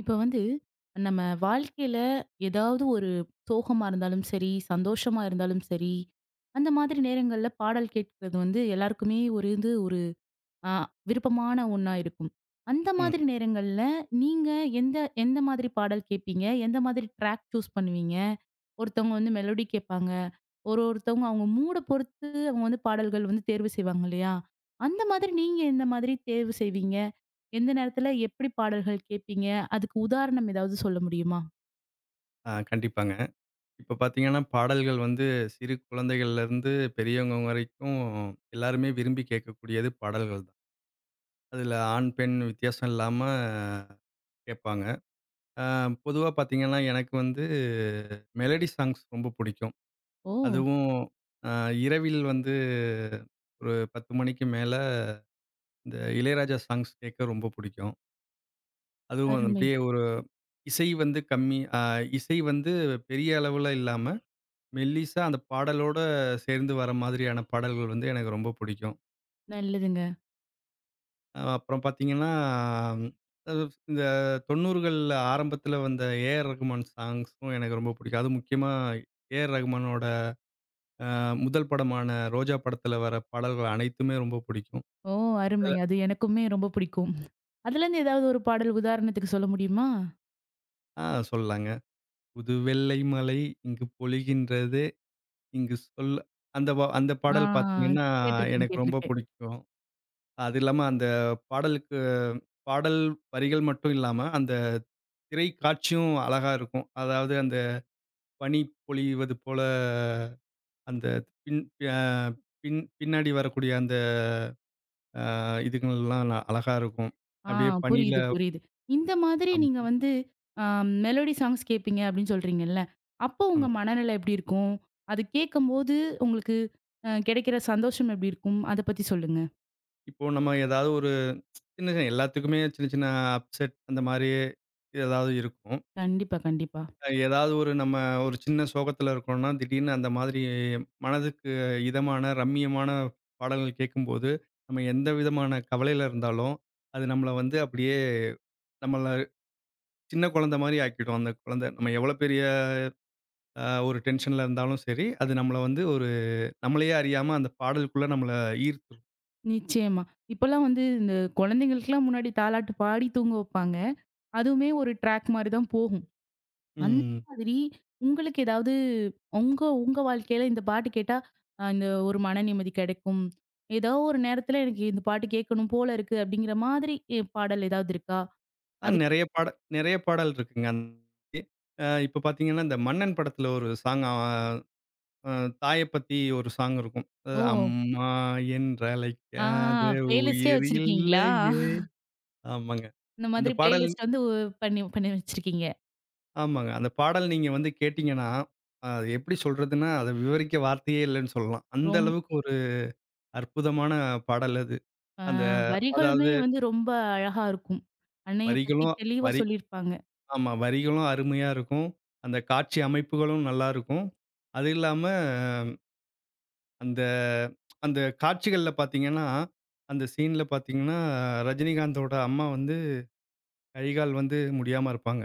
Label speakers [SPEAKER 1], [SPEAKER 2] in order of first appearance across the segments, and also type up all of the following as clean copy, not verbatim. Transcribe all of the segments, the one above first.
[SPEAKER 1] இப்ப வந்து நம்ம வாழ்க்கையில ஏதாவது ஒரு சோகமா இருந்தாலும் சரி, சந்தோஷமா இருந்தாலும் சரி, அந்த மாதிரி நேரங்கள்ல பாடல் கேட்கிறது வந்து எல்லாருக்குமே ஒரு ஆ விருப்பமான ஒண்ணா இருக்கும். அந்த
[SPEAKER 2] ம்.
[SPEAKER 1] மாதிரி நேரங்கள்ல நீங்க எந்த எந்த மாதிரி பாடல் கேட்பீங்க? எந்த மாதிரி ட்ராக் சூஸ் பண்ணுவீங்க? ஒருத்தவங்க வந்து மெலோடி கேட்பாங்க. ஒருத்தவங்க அவங்க மூட பொறுத்து அவங்க வந்து பாடல்கள் வந்து தேர்வு செய்வாங்க இல்லையா? அந்த மாதிரி நீங்க எந்த மாதிரி தேர்வு செய்வீங்க? எந்த நேரத்துல எப்படி பாடல்கள் கேட்பீங்க? அதுக்கு உதாரணம் ஏதாவது சொல்ல முடியுமா?
[SPEAKER 2] ஆ கண்டிப்பாங்க. இப்ப பார்த்தீங்கன்னா, பாடல்கள் வந்து சிறு குழந்தைகள்லேருந்து பெரியவங்க வரைக்கும் எல்லாருமே விரும்பி கேட்கக்கூடியது பாடல்கள் தான். அதில ஆண், பெண் வித்தியாசம் இல்லாம கேட்பாங்க. அ பொதுவா பார்த்தீங்கன்னா, எனக்கு வந்து மெலடி சாங்ஸ் ரொம்ப பிடிக்கும்.
[SPEAKER 1] ஓ!
[SPEAKER 2] அதுவும் அ இரவில் வந்து ஒரு 10 மணிக்கு மேல இந்த இளையராஜா சாங்ஸ் கேட்க ரொம்ப பிடிக்கும். அதுவும்
[SPEAKER 1] அருமை.
[SPEAKER 2] அப்படியே ஒரு இசை வந்து கம்மி இசை வந்து பெரிய அளவுல இல்லாம மெல்லிசா அந்த பாடலோட சேர்ந்து வர மாதிரியான பாடல்கள் வந்து எனக்கு ரொம்ப பிடிக்கும்.
[SPEAKER 1] நல்லதுங்க.
[SPEAKER 2] அப்புறம் பார்த்தீங்கன்னா, ம், இந்த 90கள்ல ஆரம்பத்தில வந்த ஏ.ஆர். ரகுமான் சாங்ஸும் எனக்கு ரொம்ப பிடிக்கும். அதுவும் முக்கியமா ஏ.ஆர். ரகுமானோட முதல் படமான ரோஜா படத்தில வர பாடல்கள் அனைத்துமே ரொம்ப பிடிக்கும்.
[SPEAKER 1] ஓ! அருமை.
[SPEAKER 2] அதுல
[SPEAKER 1] அது எனக்குமே ரொம்ப பிடிக்கும். அதுலருந்து ஏதாவது ஒரு பாடல் உதாரணத்துக்கு சொல்ல முடியுமா?
[SPEAKER 2] ஆ சொல்லலாங்க. புது வெள்ளை மலை இங்கு பொழிகின்றதே இங்கு சொல் அந்த
[SPEAKER 1] ஆ,
[SPEAKER 2] பாடல் பார்த்தீங்கன்னா,
[SPEAKER 1] கேட்டிருக்கேன்,
[SPEAKER 2] எனக்கு ரொம்ப
[SPEAKER 1] கேட்டிருக்கேன்.
[SPEAKER 2] பிடிக்கும். அது இல்லாம அந்த பாடலுக்கு பாடல் வரிகள் மட்டும் இல்லாம, அந்த திரைக்காட்சியும் அழகா இருக்கும். அதாவது அந்த பனி பொழிவது போல அந்த பின் அ பின் பின்னாடி வரக்கூடிய அந்த அ இதுங்கள்லாம் ந அழகா இருக்கும்.
[SPEAKER 1] ஆ,
[SPEAKER 2] அப்படியே பனியில
[SPEAKER 1] புரியுது, புரியுது. இந்த மாதிரி
[SPEAKER 2] ஆமா,
[SPEAKER 1] நீங்க வந்து அ மெலோடி சாங்ஸ் கேட்பீங்க அப்படின்னு சொல்றீங்கல்ல. அப்போ உங்க
[SPEAKER 2] ஆமாங்க.
[SPEAKER 1] மனநிலை எப்படி இருக்கும்? அது கேட்கும்போது உங்களுக்கு கிடைக்கிற சந்தோஷம் எப்படி இருக்கும்? அத பத்தி சொல்லுங்க.
[SPEAKER 2] இப்போ நம்ம ஏதாவது ஒரு சின்ன சின்ன எல்லாத்துக்குமே சின்ன சின்ன அப்செட் அந்த மாரி ஏதாவது இருக்கும்.
[SPEAKER 1] கண்டிப்பா, கண்டிப்பா.
[SPEAKER 2] ஏதாவது ஒரு நம்ம ஒரு சின்ன சோகத்துல இருக்கோம்னா, திடீர்னு அந்த மாதிரி மனதுக்கு இதமான, ரம்மியமான பாடல்கள் கேட்கும்போது, நம்ம எந்த விதமான கவலையில இருந்தாலும், அது நம்மள வந்து அப்படியே நம்மள சின்ன குழந்தை மாரி ஆக்கிடும். அந்த குழந்தை நம்ம எவ்வளோ பெரிய ஒரு டென்ஷன்ல இருந்தாலும் சரி, அது நம்மள வந்து ஒரு நம்மளையே அறியாம அந்த பாடலுக்குள்ள நம்மள ஈர்த்துரும்.
[SPEAKER 1] நிச்சயமா. இப்பலாம் வந்து இந்த குழந்தைங்களுக்குலாம் முன்னாடி தாலாட்டு பாடி தூங்க வைப்பாங்க. அதுவுமே ஒரு ட்ராக் மாரி தான் போகும். அந்த
[SPEAKER 2] ம்.
[SPEAKER 1] மாதிரி உங்களுக்கு ஏதாவது உங்க உங்க வாழ்க்கையில இந்த பாட்டு கேட்டா இந்த ஒரு மன நிம்மதி கிடைக்கும். ஏதோ ஒரு நேரத்துல எனக்கு இந்த பாட்டு கேட்கணும் போல இருக்கு அப்படிங்கிற மாதிரி பாடல் ஏதாவது இருக்கா? அது
[SPEAKER 2] நெறைய பாடல் இருக்குங்க. இப்ப பார்த்தீங்கன்னா, இந்த மன்னன் படத்துல ஒரு சாங் அ அ தாய பத்தி ஒரு சாங் இருக்கும். அது
[SPEAKER 1] ஓ!
[SPEAKER 2] அம்மா
[SPEAKER 1] ஆ,
[SPEAKER 2] என்றழைக்காத
[SPEAKER 1] பிளேலிஸ்ட்டே
[SPEAKER 2] உயிர்
[SPEAKER 1] வச்சிருக்கீங்களா?
[SPEAKER 2] இல்லையே. ஆமாங்க.
[SPEAKER 1] இந்த
[SPEAKER 2] அந்த
[SPEAKER 1] மாதிரி
[SPEAKER 2] பாடல்
[SPEAKER 1] பிளேலிஸ்ட் வந்து பண்ணி பண்ணி வச்சிருக்கீங்க.
[SPEAKER 2] ஆமாங்க. அந்த பாடல் நீங்க வந்து கேட்டீங்கன்னா, அது எப்படி சொல்றதுன்னா, அத விவரிக்க வார்த்தையே இல்லன்னு சொல்லலாம். அந்த
[SPEAKER 1] ரொம்
[SPEAKER 2] அளவுக்கு ஒரு அற்புதமான பாடல் அது.
[SPEAKER 1] அ
[SPEAKER 2] அந்த
[SPEAKER 1] வரிகளுமே
[SPEAKER 2] அதாவது
[SPEAKER 1] வந்து ரொம்ப அழகா இருக்கும். அன்னைய பத்தி
[SPEAKER 2] வரிகளும்
[SPEAKER 1] தெளிவா
[SPEAKER 2] வரி
[SPEAKER 1] சொல்லியிருப்பாங்க.
[SPEAKER 2] ஆமா. வரிகளும் அருமையா இருக்கும். அந்த காட்சி அமைப்புகளும் நல்லா இருக்கும். அது இல்லாம அந்த அந்த காட்சிகள்ல பார்த்தீங்கன்னா, அந்த சீன்ல பார்த்தீங்கன்னா, ரஜினிகாந்தோட அம்மா வந்து கை, கால் வந்து முடியாம இருப்பாங்க.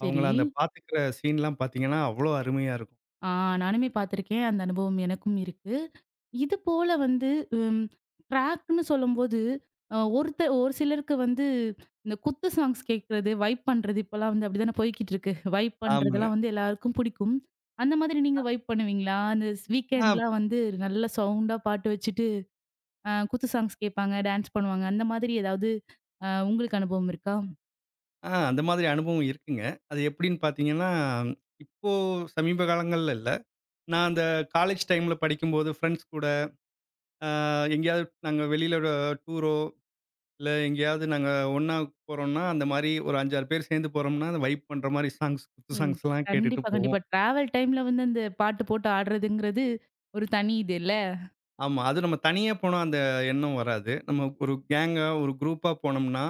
[SPEAKER 1] சரி.
[SPEAKER 2] அவங்கள அந்த பார்த்துக்கிற சீன்லாம் பார்த்தீங்கன்னா, அவ்வளோ அருமையா இருக்கும்.
[SPEAKER 1] ஆ, நானுமே பார்த்துருக்கேன். அந்த அனுபவம் எனக்கும் இருக்கு. இது போல வந்து ம் ட்ராக்ன்னு சொல்லும்போது, அ ஒருத்த ஒரு சிலருக்கு வந்து இந்த குத்து சாங்ஸ் கேட்கறது, வைப் பண்றது இப்பலாம் வந்து அப்படிதானே போய்க்கிட்டு இருக்கு. வைப்
[SPEAKER 2] ஆமாங்க.
[SPEAKER 1] பண்றதெல்லாம் வந்து எல்லாருக்கும் பிடிக்கும். அந்த மாதிரி நீங்க வைப் பண்ணுவீங்களா? அந்த
[SPEAKER 2] ஆ,
[SPEAKER 1] வீக்கெண்ட்லாம் வந்து நல்ல சவுண்டா பாட்டு வச்சுட்டு, குத்து சாங்ஸ் கேட்பாங்க, டான்ஸ் பண்ணுவாங்க. அந்த மாதிரி ஏதாவது உங்களுக்கு அனுபவம் இருக்கா?
[SPEAKER 2] ஆ அந்த மாதிரி அனுபவம் இருக்குங்க. அது எப்படின்னு பார்த்தீங்கன்னா, இப்போ சமீப காலங்கள்ல இல்ல. நான் அந்த காலேஜ் டைம்ல படிக்கும்போது ஃப்ரெண்ட்ஸ் கூட எங்கேயாவது நாங்க வெளியில ஒரு டூரோ, இல்ல எங்கேயாவது நாங்க ஒண்ணா போறோம்னா, அந்த மாரி ஒரு 5, 6 பேர் சேர்ந்து போறோம்னா, அந்த வைப் பண்ற மாரி சாங்ஸ், குத்து
[SPEAKER 1] ம்.
[SPEAKER 2] சாங்ஸ்லாம் கேட்டுட்டு
[SPEAKER 1] கண்டிப்பா,
[SPEAKER 2] போவோம்.
[SPEAKER 1] கண்டிப்பா. ட்ராவல் டைம்ல வந்து அந்த பாட்டு போட்டு ஆடுறதுங்கிறது ஒரு தனி இது இல்ல?
[SPEAKER 2] ஆமா. அது நம்ம தனியா போனா அந்த எண்ணம் வராது. நம்ம ஒரு கேங்கா, ஒரு குரூப்பா போனோம்னா,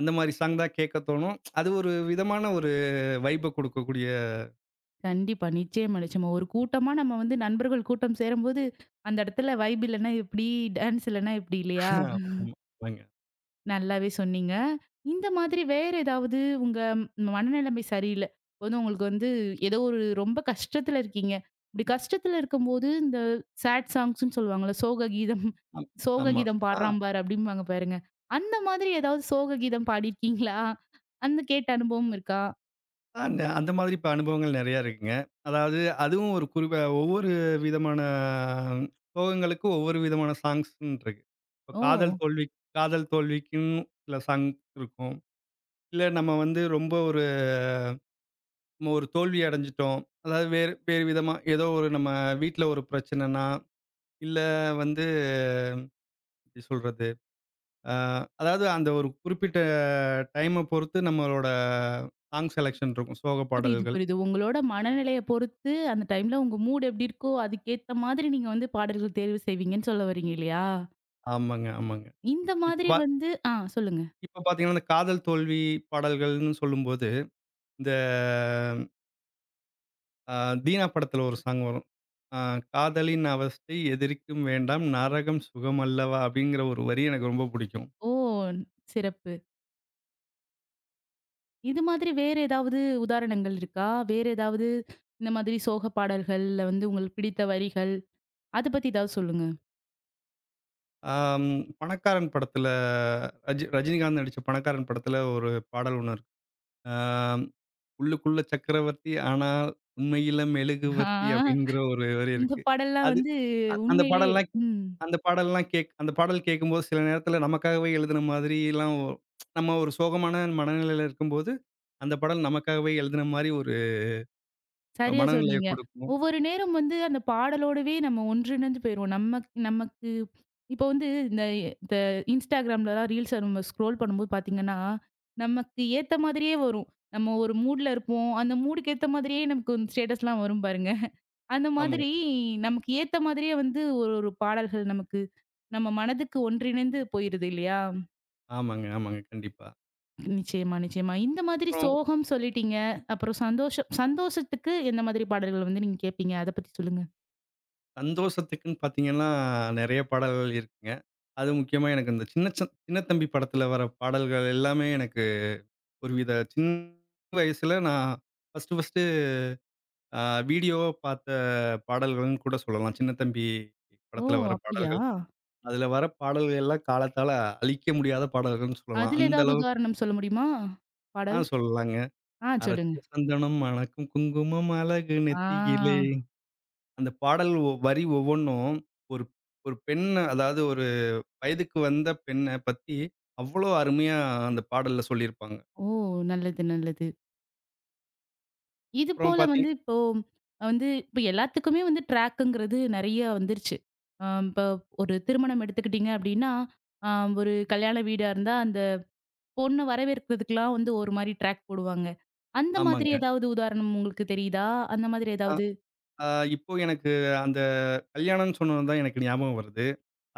[SPEAKER 2] அந்த மாரி சாங் தான் கேட்க தோணும். அது ஒரு விதமான ஒரு வைப்ப குடுக்கக்கூடிய
[SPEAKER 1] கண்டிப்பா. நிச்சயமா, நிச்சயமா. ஒரு கூட்டமா நம்ம வந்து நண்பர்கள் கூட்டம் சேரும்போது, அந்த இடத்துல வைப் இல்லன்னா எப்படி, டான்ஸ் இல்லன்னா எப்படி இல்லையா?
[SPEAKER 2] ஆமா. ஆமாங்க.
[SPEAKER 1] நல்லாவே சொன்னீங்க. இந்த மாதிரி வேற ஏதாவது உங்க மனநிலைமை சரியில்ல. வந்து உங்களுக்கு வந்து ஏதோ ஒரு ரொம்ப கஷ்டத்துல இருக்கீங்க. இப்படி கஷ்டத்துல இருக்கும்போது இந்த சேட் சாங்ஸ்ன்னு சொல்லுவாங்கல்ல, சோக கீதம்
[SPEAKER 2] அம்
[SPEAKER 1] சோக
[SPEAKER 2] ஆமா.
[SPEAKER 1] கீதம்
[SPEAKER 2] ஆ
[SPEAKER 1] பாடுறான் பாரு அப்படிம்பாங்க பாருங்க. அந்த மாதிரி ஏதாவது சோக கீதம் பாடியிருக்கீங்களா? அந்த கேட்ட அனுபவம் இருக்கா?
[SPEAKER 2] அந்த அந்த மாதிரி இப்ப அனுபவங்கள் நெறையா இருக்குங்க. அதாவது அதுவும் ஒரு குறிப்பா ஒவ்வொரு விதமான சோகங்களுக்கும் ஒவ்வொரு விதமான சாங்ஸ்ன்னு இருக்கு. இப்ப
[SPEAKER 1] ஓ!
[SPEAKER 2] காதல் தோல்விக்குன்னு சில சாங் இருக்கும். இல்ல நம்ம வந்து ரொம்ப ஒரு நம்ம ஒரு தோல்வி அடைஞ்சுட்டோம். அதாவது வேறு வேறு விதமா ஏதோ ஒரு நம்ம வீட்ல ஒரு பிரச்சனைனா, இல்ல வந்து எப்படி சொல்றது? அ அதாவது அந்த ஒரு குறிப்பிட்ட டைம பொறுத்து நம்மளோட சாங் செலக்ஷன் இருக்கும். சோக
[SPEAKER 1] புரியுது,
[SPEAKER 2] பாடல்கள்.
[SPEAKER 1] புரியுது. உங்களோட மனநிலைய பொறுத்து, அந்த டைம்ல உங்க மூட் எப்டி இருக்கோ, அதுக்கேத்த மாதிரி நீங்க வந்து பாடல்கள் தேர்வு செய்வீங்கன்னு சொல்ல வரீங்க இல்லையா?
[SPEAKER 2] ஆமாங்க, ஆமாங்க.
[SPEAKER 1] இந்த
[SPEAKER 2] இப்ப
[SPEAKER 1] மாதிரி
[SPEAKER 2] பா
[SPEAKER 1] வந்து ஆ சொல்லுங்க.
[SPEAKER 2] இப்ப பார்த்தீங்கன்னா, இந்த காதல் தோல்வி பாடல்கள்னு சொல்லும்போது, இந்த அ தீனா படத்துல ஒரு சாங் வரும். அ "காதலின் அவஸ்தை எதற்கும் வேண்டாம் நரகம் சுகமல்லவா" அப்படிங்கிற ஒரு வரி எனக்கு ரொம்ப பிடிக்கும்.
[SPEAKER 1] ஓ! சிறப்பு. இது மாதிரி வேற ஏதாவது உதாரணங்கள் இருக்கா? வேற ஏதாவது இந்த மாதிரி சோக பாடல்கள்ல வந்து உங்களுக்கு பிடித்த வரிகள், அத பத்தி ஏதாவது சொல்லுங்க.
[SPEAKER 2] ஆம், பணக்காரன் படத்துல ரஜினிகாந்த் நடிச்ச பணக்காரன் படத்துல ஒரு பாடல் ஒண்ணு இருக்கு. ஆம், "உள்ளுக்குள்ள சக்கரவர்த்தி ஆனால் உண்மையில மெழுகுவர்த்தி"
[SPEAKER 1] ஆ
[SPEAKER 2] அப்படிங்கிற ஒரு வரி
[SPEAKER 1] இந்த
[SPEAKER 2] இருக்கு.
[SPEAKER 1] பாடல்லாம்
[SPEAKER 2] அது
[SPEAKER 1] வந்து
[SPEAKER 2] அ
[SPEAKER 1] உண்மையிலே ம்.
[SPEAKER 2] அந்த பாடல்லாம் அந்த பாடல் கேட்கும்போது சில நேரத்துல நமக்காகவே எழுதுன மாதிரிலாம் ஒ- நம்ம ஒரு சோகமான மனநிலையில இருக்கும்போது, அந்த பாடல் நமக்காகவே எழுதுன மாரி ஒரு
[SPEAKER 1] சரியா
[SPEAKER 2] மனநிலைய
[SPEAKER 1] சொன்னீங்க.
[SPEAKER 2] கொடுக்கும்.
[SPEAKER 1] ஒவ்வொரு நேரம் வந்து அந்த பாடலோடவே நம்ம ஒன்றிணைந்து போயிருவோம். நமக்கு இப்போ வந்து இந்த இந்த Instagramலலாம் ரீல்ஸ நம்ம ஸ்க்ரோல் பண்ணும்போது பார்த்தீங்கன்னா, நமக்கு ஏத்த மாதிரியே வரும். நம்ம ஒரு மூட்ல இருப்போம். அந்த மூடுக்கு ஏத்த மாதிரியே நமக்கு வந்து ஸ்டேட்டஸ்லாம் வரும் பாருங்க. அந்த
[SPEAKER 2] ஆமாங்க,
[SPEAKER 1] மாதிரி நமக்கு ஏத்த மாதிரியே வந்து ஒரு ஒரு பாடல்கள் நமக்கு நம்ம மனதுக்கு ஒன்றிணைந்து போயிருது இல்லையா?
[SPEAKER 2] ஆமாங்க, ஆமாங்க. கண்டிப்பா.
[SPEAKER 1] நிச்சயமா, நிச்சயமா. இந்த மாதிரி
[SPEAKER 2] அப்புறம்
[SPEAKER 1] சோகம் சொல்லிட்டீங்க. அப்புறம் சந்தோஷம் சந்தோஷத்துக்கு எந்த மாதிரி பாடல்கள் வந்து நீங்க கேட்பீங்க? அத பத்தி சொல்லுங்க.
[SPEAKER 2] சந்தோஷத்துக்குன்னு பார்த்தீங்கன்னா, நெறைய பாடல்கள் இருக்குங்க. அது முக்கியமா எனக்கு இந்த சின்ன தம்பி படத்துல வர பாடல்கள் எல்லாமே எனக்கு ஒருவித சின்ன வயசுல நான் ஃபர்ஸ்ட்டு ஃபர்ஸ்ட்டு அ வீடியோவா பார்த்த பாடல்கள்னு கூட சொல்லலாம். சின்ன தம்பி
[SPEAKER 1] ஓ!
[SPEAKER 2] படத்துல வர
[SPEAKER 1] அப்படியா?
[SPEAKER 2] பாடல்கள். அதுல வர பாடல்கள் எல்லாம் காலத்தால அழிக்க முடியாத பாடல்கள்னு சொல்லலாம்.
[SPEAKER 1] அதுல
[SPEAKER 2] அந்த
[SPEAKER 1] ஏதாவது
[SPEAKER 2] அளவுக்கு
[SPEAKER 1] உதாரணம் சொல்ல முடியுமா?
[SPEAKER 2] ஆ
[SPEAKER 1] பாடல்?
[SPEAKER 2] சொல்லலாங்க.
[SPEAKER 1] ஆ சொல்லுங்க.
[SPEAKER 2] "அரைச்ச சந்தனம் மணக்கும் குங்குமம் அழகு
[SPEAKER 1] ஆ.
[SPEAKER 2] நெத்தியிலே" வரி ஒவ்வொன்னும் ஒரு ஒரு பெண் அதாவது ஒரு வயதுக்கு வந்த பெண்ண பத்தி அவ்வளோ அருமையா அந்த பாடல்ல சொல்லியிருப்பாங்க.
[SPEAKER 1] ஓ! நல்லது, நல்லது. இது
[SPEAKER 2] அப்புறம்
[SPEAKER 1] போல
[SPEAKER 2] பாத்தீங்
[SPEAKER 1] வந்து இப்போ வந்து இப்ப எல்லாத்துக்குமே வந்து ட்ராக்குங்கிறது நெறைய வந்துருச்சு. இப்போ ஒரு திருமணம் எடுத்துக்கிட்டீங்க அப்படின்னா, அ ஒரு கல்யாண வீடா இருந்தா, அந்த பொண்ண வரவேற்கிறதுக்குலாம் வந்து ஒரு மாரி ட்ராக் போடுவாங்க. அந்த மாதிரி
[SPEAKER 2] ஆமாங்க.
[SPEAKER 1] ஏதாவது உதாரணம் உங்களுக்கு தெரியுதா? அந்த மாதிரி
[SPEAKER 2] அ
[SPEAKER 1] ஏதாவது?
[SPEAKER 2] அ இப்போ எனக்கு அந்த கல்யாணம்னு சொன்னோன தான் எனக்கு ஞாபகம் வருது.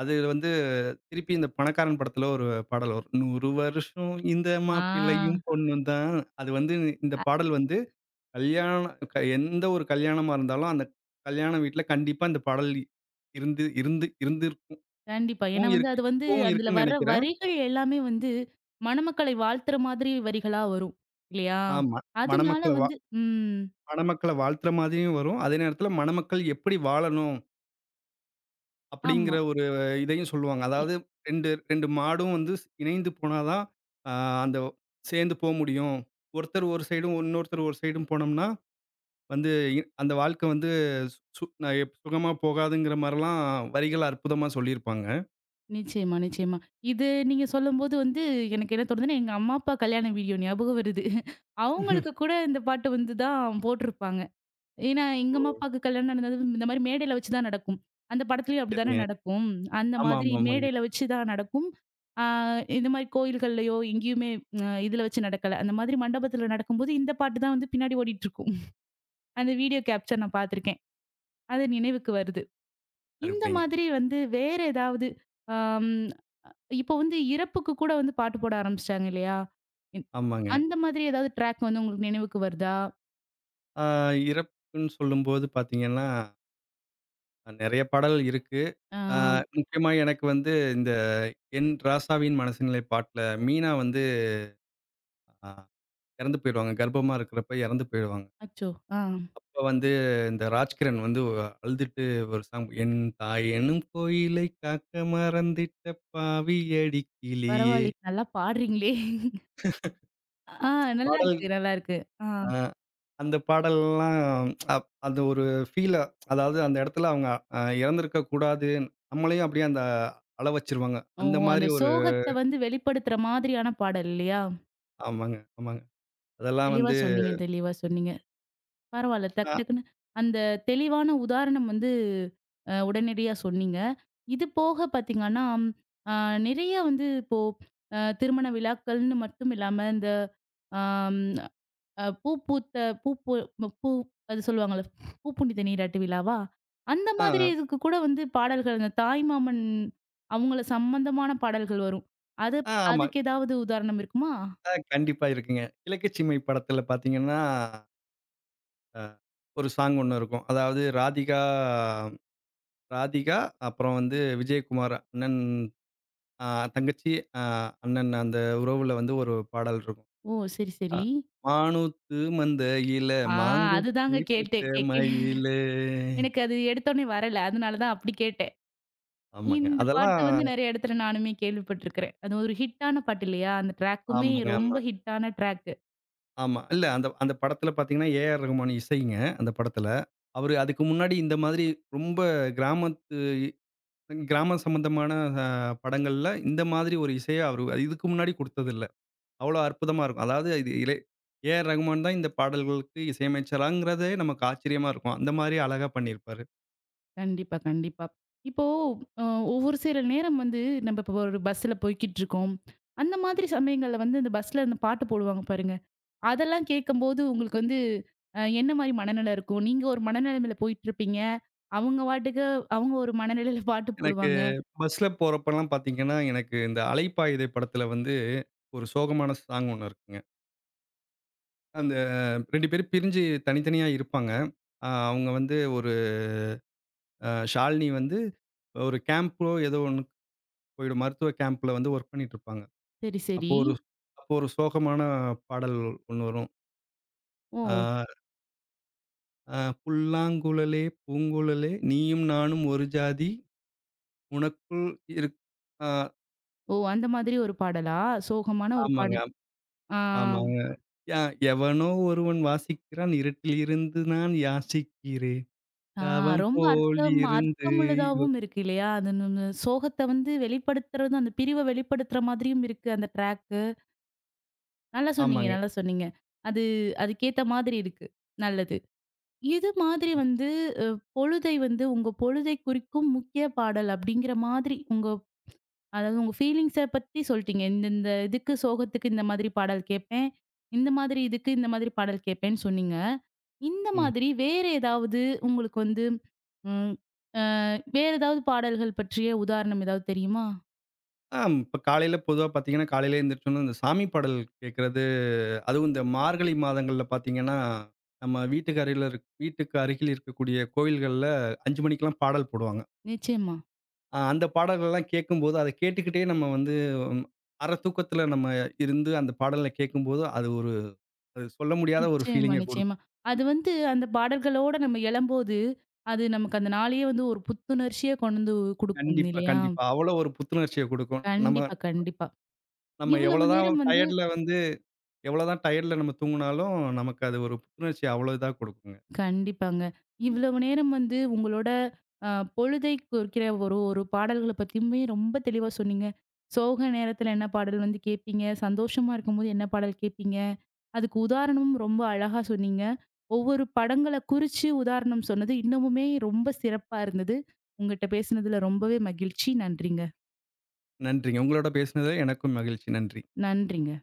[SPEAKER 2] அது வந்து திருப்பி இந்த பணக்காரன் படத்துல ஒரு பாடல் வரும். 100 வருஷம் இந்த
[SPEAKER 1] ஆ.
[SPEAKER 2] மாப்பிள்ளையும் பொண்ணும் தான். அது வந்து இந்த பாடல் வந்து கல்யாணம் எந்த ஒரு கல்யாணமா இருந்தாலும் அந்த கல்யாண வீட்ல கண்டிப்பா இந்த பாடல் இருந்து இருந்து இருந்திருக்கும்.
[SPEAKER 1] கண்டிப்பா. ஏன்னா வந்து அது வந்து
[SPEAKER 2] இப்பவும்
[SPEAKER 1] அதுல
[SPEAKER 2] இருக்குன்னு
[SPEAKER 1] வர
[SPEAKER 2] நெனைக்கிறேன்.
[SPEAKER 1] வரிகள் எல்லாமே வந்து மணமக்களை வாழ்த்துற மாதிரி வரிகளா வரும். இல்லையா?
[SPEAKER 2] ஆமா.
[SPEAKER 1] அதனால
[SPEAKER 2] மணமக்கள
[SPEAKER 1] வந்து ம்.
[SPEAKER 2] மணமக்கள வாழ்த்துற மாதிரியும் வரும். அதே நேரத்தில மணமக்கள் எப்படி வாழணும்? அப்படிங்கிற
[SPEAKER 1] ஆமா.
[SPEAKER 2] ஒரு இதையும் சொல்லுவாங்க.
[SPEAKER 1] இ
[SPEAKER 2] அதாவது 2 2 மாடும் வந்து ஸ் இணைந்து போனா தான், அ அந்த சேர்ந்து போ முடியும். ஒருத்தர் ஒரு சைடும், இன்னொருத்தர் ஒரு சைடும் போனோம்னா, வந்து அந்த வாழ்க்கை வந்து சு சு ந எப் சுகமா போகாதுங்கிற மாரிலாம் வரிகள் அற்புதமா சொல்லியிருப்பாங்க.
[SPEAKER 1] நிச்சயமா, நிச்சயமா. இது நீங்க சொல்லும்போது வந்து எனக்கு என்ன தோணுதுன்னா, எங்க அம்மா, அப்பா கல்யாண வீடியோ ஞாபகம் வருது. அவங்களுக்கு கூட இந்த பாட்டு வந்து தான் போட்டிருப்பாங்க. ஏன்னா, எங்க அம்மா
[SPEAKER 2] ஓ!
[SPEAKER 1] அப்பாவுக்கு கல்யாணம் நடந்தது இந்த மாரி மேடையில வச்சு தான் நடக்கும். அந்த படத்துலயும் அப்படிதானே
[SPEAKER 2] சரிங்க.
[SPEAKER 1] நடக்கும். அந்த
[SPEAKER 2] ஆமா,
[SPEAKER 1] மாதிரி
[SPEAKER 2] ஆமா, ஆமாங்க.
[SPEAKER 1] மேடையில வச்சு தான் நடக்கும். ஆ, இந்த மாரி கோயில்கள்லயோ எங்கேயுமே இதுல வச்சு நடக்கல. அந்த மாதிரி மண்டபத்துல நடக்கும்போது இந்த பாட்டு தான் வந்து பின்னாடி ஓடிட்டுருக்கும். அந்த வீடியோ கேப்ச்சர் நான் பார்த்துருக்கேன். அது நினைவுக்கு வருது. இந்த
[SPEAKER 2] அருமைங்க.
[SPEAKER 1] மாதிரி வந்து வேற ஏதாவது ஆம் இப்போ வந்து இறப்புக்கு கூட வந்து பாட்டு போட ஆரம்பிச்சுட்டாங்க இல்லையா? ம்.
[SPEAKER 2] ஆமாங்க.
[SPEAKER 1] அந்த மாதிரி ஏதாவது ட்ராக் வந்து உங்களுக்கு நினைவுக்கு வருதா?
[SPEAKER 2] ஆ இறப்புன்னு சொல்லும்போது பார்த்தீங்கன்னா, நெறைய பாடல் இருக்கு.
[SPEAKER 1] ஆ.
[SPEAKER 2] அ முக்கியமா எனக்கு வந்து இந்த என் ராசாவின் மனசுநிலை பாட்டுல மீனா வந்து அ இறந்து போயிடுவாங்க. கர்ப்பமா இருக்கிறப்ப இறந்து போயிடுவாங்க.
[SPEAKER 1] அச்சோ! ஆ.
[SPEAKER 2] அப்ப வந்து இந்த ராஜ்கிரண் வந்து அழுதுட்டு ஒரு சாங் என் தாய் எனும் கோயிலை காக்க மறந்திட்ட பாவியடி கிளியே!
[SPEAKER 1] பரவாயில்லையே! நல்லா பாடுறீங்களே! ஆ,
[SPEAKER 2] பாடல்
[SPEAKER 1] நல்லாருக்கு, நல்லாருக்கு. ஆ.
[SPEAKER 2] அ அந்த பாடல்லாம் அப் அந்த ஒரு ஃபீலா அதாவது அந்த இடத்துல அவங்க இறந்திருக்க கூடாது. நம்மளையும் அப்படியே அந்த அழ வச்சுருவாங்க.
[SPEAKER 1] ஓ!
[SPEAKER 2] அந்த மாரி
[SPEAKER 1] அந்த
[SPEAKER 2] ஒரு
[SPEAKER 1] சோகத்த வந்து வெளிப்படுத்துற மாதிரியான பாடல் இல்லையா?
[SPEAKER 2] ஆமாங்க, ஆமாங்க. அதெல்லாம்
[SPEAKER 1] தெளிவா
[SPEAKER 2] வந்து
[SPEAKER 1] சொன்னீங்க, தெளிவா சொன்னீங்க. பரவால்ல.
[SPEAKER 2] அ,
[SPEAKER 1] டக்கு டக்குன்னு அந்த தெளிவான உதாரணம் வந்து உடனடியா சொன்னீங்க. இது போக பார்த்தீங்கன்னா, அ நிறைய வந்து இப்போ திருமண விழாக்கள்னு மட்டும் இல்லாம இந்த ஆம் அ பூ பூத்த பூ பூ ம பூ அது சொல்லுவாங்கல்ல, புனித நீராட்டு விழாவா? அந்த
[SPEAKER 2] ஆ,
[SPEAKER 1] மாதிரி இதுக்கு கூட வந்து பாடல்கள் அந்த தாய்மாமன் அவங்கள சம்மந்தமான பாடல்கள் வரும். அது
[SPEAKER 2] ஆ ஆமா.
[SPEAKER 1] அதுக்கு ஏதாவது உதாரணம் இருக்குமா?
[SPEAKER 2] ஆ கண்டிப்பா இருக்குங்க. இலக்கச்சிமை படத்துல பார்த்தீங்கன்னா, அ ஒரு சாங் ஒண்ணு இருக்கும். அதாவது ராதிகா ராதிகா அப்புறம் வந்து விஜயகுமார் அண்ணன் அ தங்கச்சி அ அண்ணன் அந்த உறவுல வந்து ஒரு பாடல் இருக்கும்.
[SPEAKER 1] ஓ! சரி,
[SPEAKER 2] அ
[SPEAKER 1] சரி.
[SPEAKER 2] "மானூத்து மந்தையில
[SPEAKER 1] ஆ, அதுதாங்க
[SPEAKER 2] மாங்குட்டி
[SPEAKER 1] கேட்டேன்.
[SPEAKER 2] பெத்த
[SPEAKER 1] கேட்க
[SPEAKER 2] மயிலு"
[SPEAKER 1] எனக்கு அது எடுத்தோனே வரல. அதனால தான் அப்படி கேட்டேன்.
[SPEAKER 2] ஆமாங்க.
[SPEAKER 1] இந்த பாட்டு
[SPEAKER 2] அதெல்லாம்
[SPEAKER 1] வந்து நெறைய இடத்துல நானுமே கேள்விப்பட்டுருக்கிறேன். அது ஒரு ஹிட்டான பாட்டு இல்லையா? அந்த ட்ராக்குமே
[SPEAKER 2] ஆமாங்க, ஆமா,
[SPEAKER 1] ரொம்ப ஹிட்டான ட்ராக்.
[SPEAKER 2] ஆமா. இல்ல அந்த அந்த படத்துல பார்த்தீங்கன்னா, ஏ.ஆர். ரகுமான் இசைங்க அந்த படத்துல. அவரு அதுக்கு முன்னாடி இந்த மாதிரி ரொம்ப கிராமத்து கிராமம் சம்மந்தமான அ படங்கள்ல இந்த மாதிரி ஒரு இசைய அவரு இதுக்கு முன்னாடி குடுத்ததில்ல. அவ்வளோ அற்புதமா இருக்கும். அதாவது இது இலே ஏஆர் ரகுமான் தான் இந்த பாடல்களுக்கு இசையமைச்சாராங்கிறதே நமக்கு ஆச்சரியமா இருக்கும். அந்த மாரி அழகா பண்ணியிருப்பாரு.
[SPEAKER 1] கண்டிப்பா, கண்டிப்பா. இப்போ அ ஒவ்வொரு சில நேரம் வந்து நம்ம இப்போ ஒரு பஸ்ல போய்க்கிட்டுருக்கோம். அந்த மாதிரி சமயங்கள்ல வந்து அந்த பஸ்ல அந்த பாட்டு போடுவாங்க பாருங்க. அதெல்லாம் கேட்கும்போது உங்களுக்கு வந்து என்ன மாரி மனநிலை இருக்கும்? நீங்க ஒரு மனநிலைமையில போயிட்டுருப்பீங்க. அவங்க பாட்டுக்கு அவங்க ஒரு மனநிலையில பாட்டு
[SPEAKER 2] எனக்கு
[SPEAKER 1] போடுவாங்க.
[SPEAKER 2] பஸ்ல போறப்பலாம் பார்த்தீங்கன்னா, எனக்கு இந்த அலைப்பாயுதே படத்துல வந்து ஒரு சோகமான சாங் ஒண்ணு இருக்குங்க. அந்த 2 பேரும் பிரிஞ்சு தனித்தனியா இருப்பாங்க. அவங்க வந்து ஒரு ஷாலினி வந்து ஒரு கேம்ப்போ ஏதோ ஒண்ணுக்கு போயிடும். மருத்துவ கேம்ப்ல வந்து வொர்க் பண்ணிட்டு இருப்பாங்க.
[SPEAKER 1] சரி, சரி.
[SPEAKER 2] அப்போ ஒரு அப்போ ஒரு சோகமான பாடல் ஒண்ணு வரும்.
[SPEAKER 1] ஓ!
[SPEAKER 2] ஆ அ "புல்லாங்குழலே பூங்குழலே நீயும் நானும் ஒரு ஜாதி உனக்குள் இருக்" ஆ
[SPEAKER 1] ஓ! அந்த மாதிரி ஒரு பாடலா? சோகமான ஒரு
[SPEAKER 2] ஆமாங்க,
[SPEAKER 1] பாடல். ஆ.
[SPEAKER 2] ஆமாங்க. "யா எவனோ ஒருவன் வாசிக்கிறான் இருட்டில் இருந்து நான் யாசிக்கிறேன்.
[SPEAKER 1] ஆ,
[SPEAKER 2] தவம்
[SPEAKER 1] ரொம்ப
[SPEAKER 2] போல்
[SPEAKER 1] அர்த்தம்
[SPEAKER 2] இருந்து" யோ
[SPEAKER 1] அர்த்தமுள்ளதாவும் இருக்கு இல்லையா? அது நம்ம சோகத்த வந்து வெளிப்படுத்துறதும், அந்த பிரிவ வெளிப்படுத்துற மாதிரியும் இருக்கு அந்த ட்ராக்கு. நல்லா சொன்னீங்க,
[SPEAKER 2] ஆமாங்க.
[SPEAKER 1] நல்லா சொன்னீங்க. அது அதுக்கேத்த மாதிரி இருக்கு. நல்லது. இது மாதிரி வந்து அ பொழுதை வந்து உங்க பொழுதை குறிக்கும் முக்கிய பாடல் அப்படிங்கிற மாதிரி உங்க அதாவது உங்க ஃபீலிங்ஸ பத்தி சொல்ட்டீங்க. இந்த இந்த இதுக்கு சோகத்துக்கு இந்த மாதிரி பாடல் கேட்பேன். இந்த மாதிரி இதுக்கு இந்த மாதிரி பாடல் கேட்பேன்னு சொன்னீங்க. இந்த
[SPEAKER 2] ம்.
[SPEAKER 1] மாதிரி வேற ஏதாவது உங்களுக்கு வந்து ம் அ வேற ஏதாவது பாடல்கள் பற்றிய உதாரணம் ஏதாவது தெரியுமா?
[SPEAKER 2] ஆ இப்ப காலையில பொதுவா பார்த்தீங்கன்னா, காலையில எந்திரிச்சோன இந்த சாமி பாடல் கேட்கறது அதுவும் இந்த மார்கழி மாதங்கள்ல பார்த்தீங்கன்னா, நம்ம வீட்டுக்கு அருகில இருக் வீட்டுக்கு அருகில் இருக்கக்கூடிய கோயில்கள்ல 5 மணிக்கெல்லாம் பாடல் போடுவாங்க.
[SPEAKER 1] நிச்சயமா.
[SPEAKER 2] அந்த பாடல்கள்லாம் கேட்கும்போது, அத கேட்டுக்கிட்டே நம்ம வந்து உம், அரை தூக்கத்தில நம்ம இருந்து அந்த பாடல கேட்கும்போது, அது ஒரு அது சொல்ல முடியாத ஒரு
[SPEAKER 1] நிச்சயமா,
[SPEAKER 2] ஃபீலிங்க குடுக்கும்.
[SPEAKER 1] நிச்சயமா. அது வந்து அந்த பாடல்களோட நம்ம எழம்போது, அது நமக்கு அந்த நாளையே வந்து ஒரு புத்துணர்ச்சிய கொண்டு வந்து குடுக்கும்
[SPEAKER 2] கண்டிப்பா,
[SPEAKER 1] இல்லையா?
[SPEAKER 2] கண்டிப்பா. அவ்வளோ ஒரு புத்துணர்ச்சிய குடுக்கும். நம்ம
[SPEAKER 1] கண்டிப்பா, கண்டிப்பா.
[SPEAKER 2] நம்ம
[SPEAKER 1] இவ்வளவு நேரம் வந்து
[SPEAKER 2] எவ்வளோதான் டயர்ட்ல நம்ம தூங்குனாலும், நமக்கு அது ஒரு புத்துணர்ச்சிய அவ்வளோ இதா குடுக்குங்க.
[SPEAKER 1] கண்டிப்பாங்க. இவ்வளவு நேரம் வந்து உங்களோட அ பொழுதை குறிக்கிற ஒரு ஒரு பாடல்கள பத்தியுமே ரொம்ப தெளிவா சொன்னீங்க. சோக நேரத்துல என்ன பாடல் வந்து கேட்பீங்க? சந்தோஷமா இருக்கும்போது என்ன பாடல் கேட்பீங்க? அதுக்கு உதாரணமும் ரொம்ப அழகா சொன்னீங்க. ஒவ்வொரு படங்கள குறிச்சு உதாரணம் சொன்னது இன்னமுமே ரொம்ப சிறப்பா இருந்தது. உங்கட்ட பேசினதுல ரொம்பவே மகிழ்ச்சி. நன்றிங்க.
[SPEAKER 2] நன்றிங்க. உங்களோட பேசினது எனக்கும் மகிழ்ச்சி. நன்றி.
[SPEAKER 1] நன்றிங்க.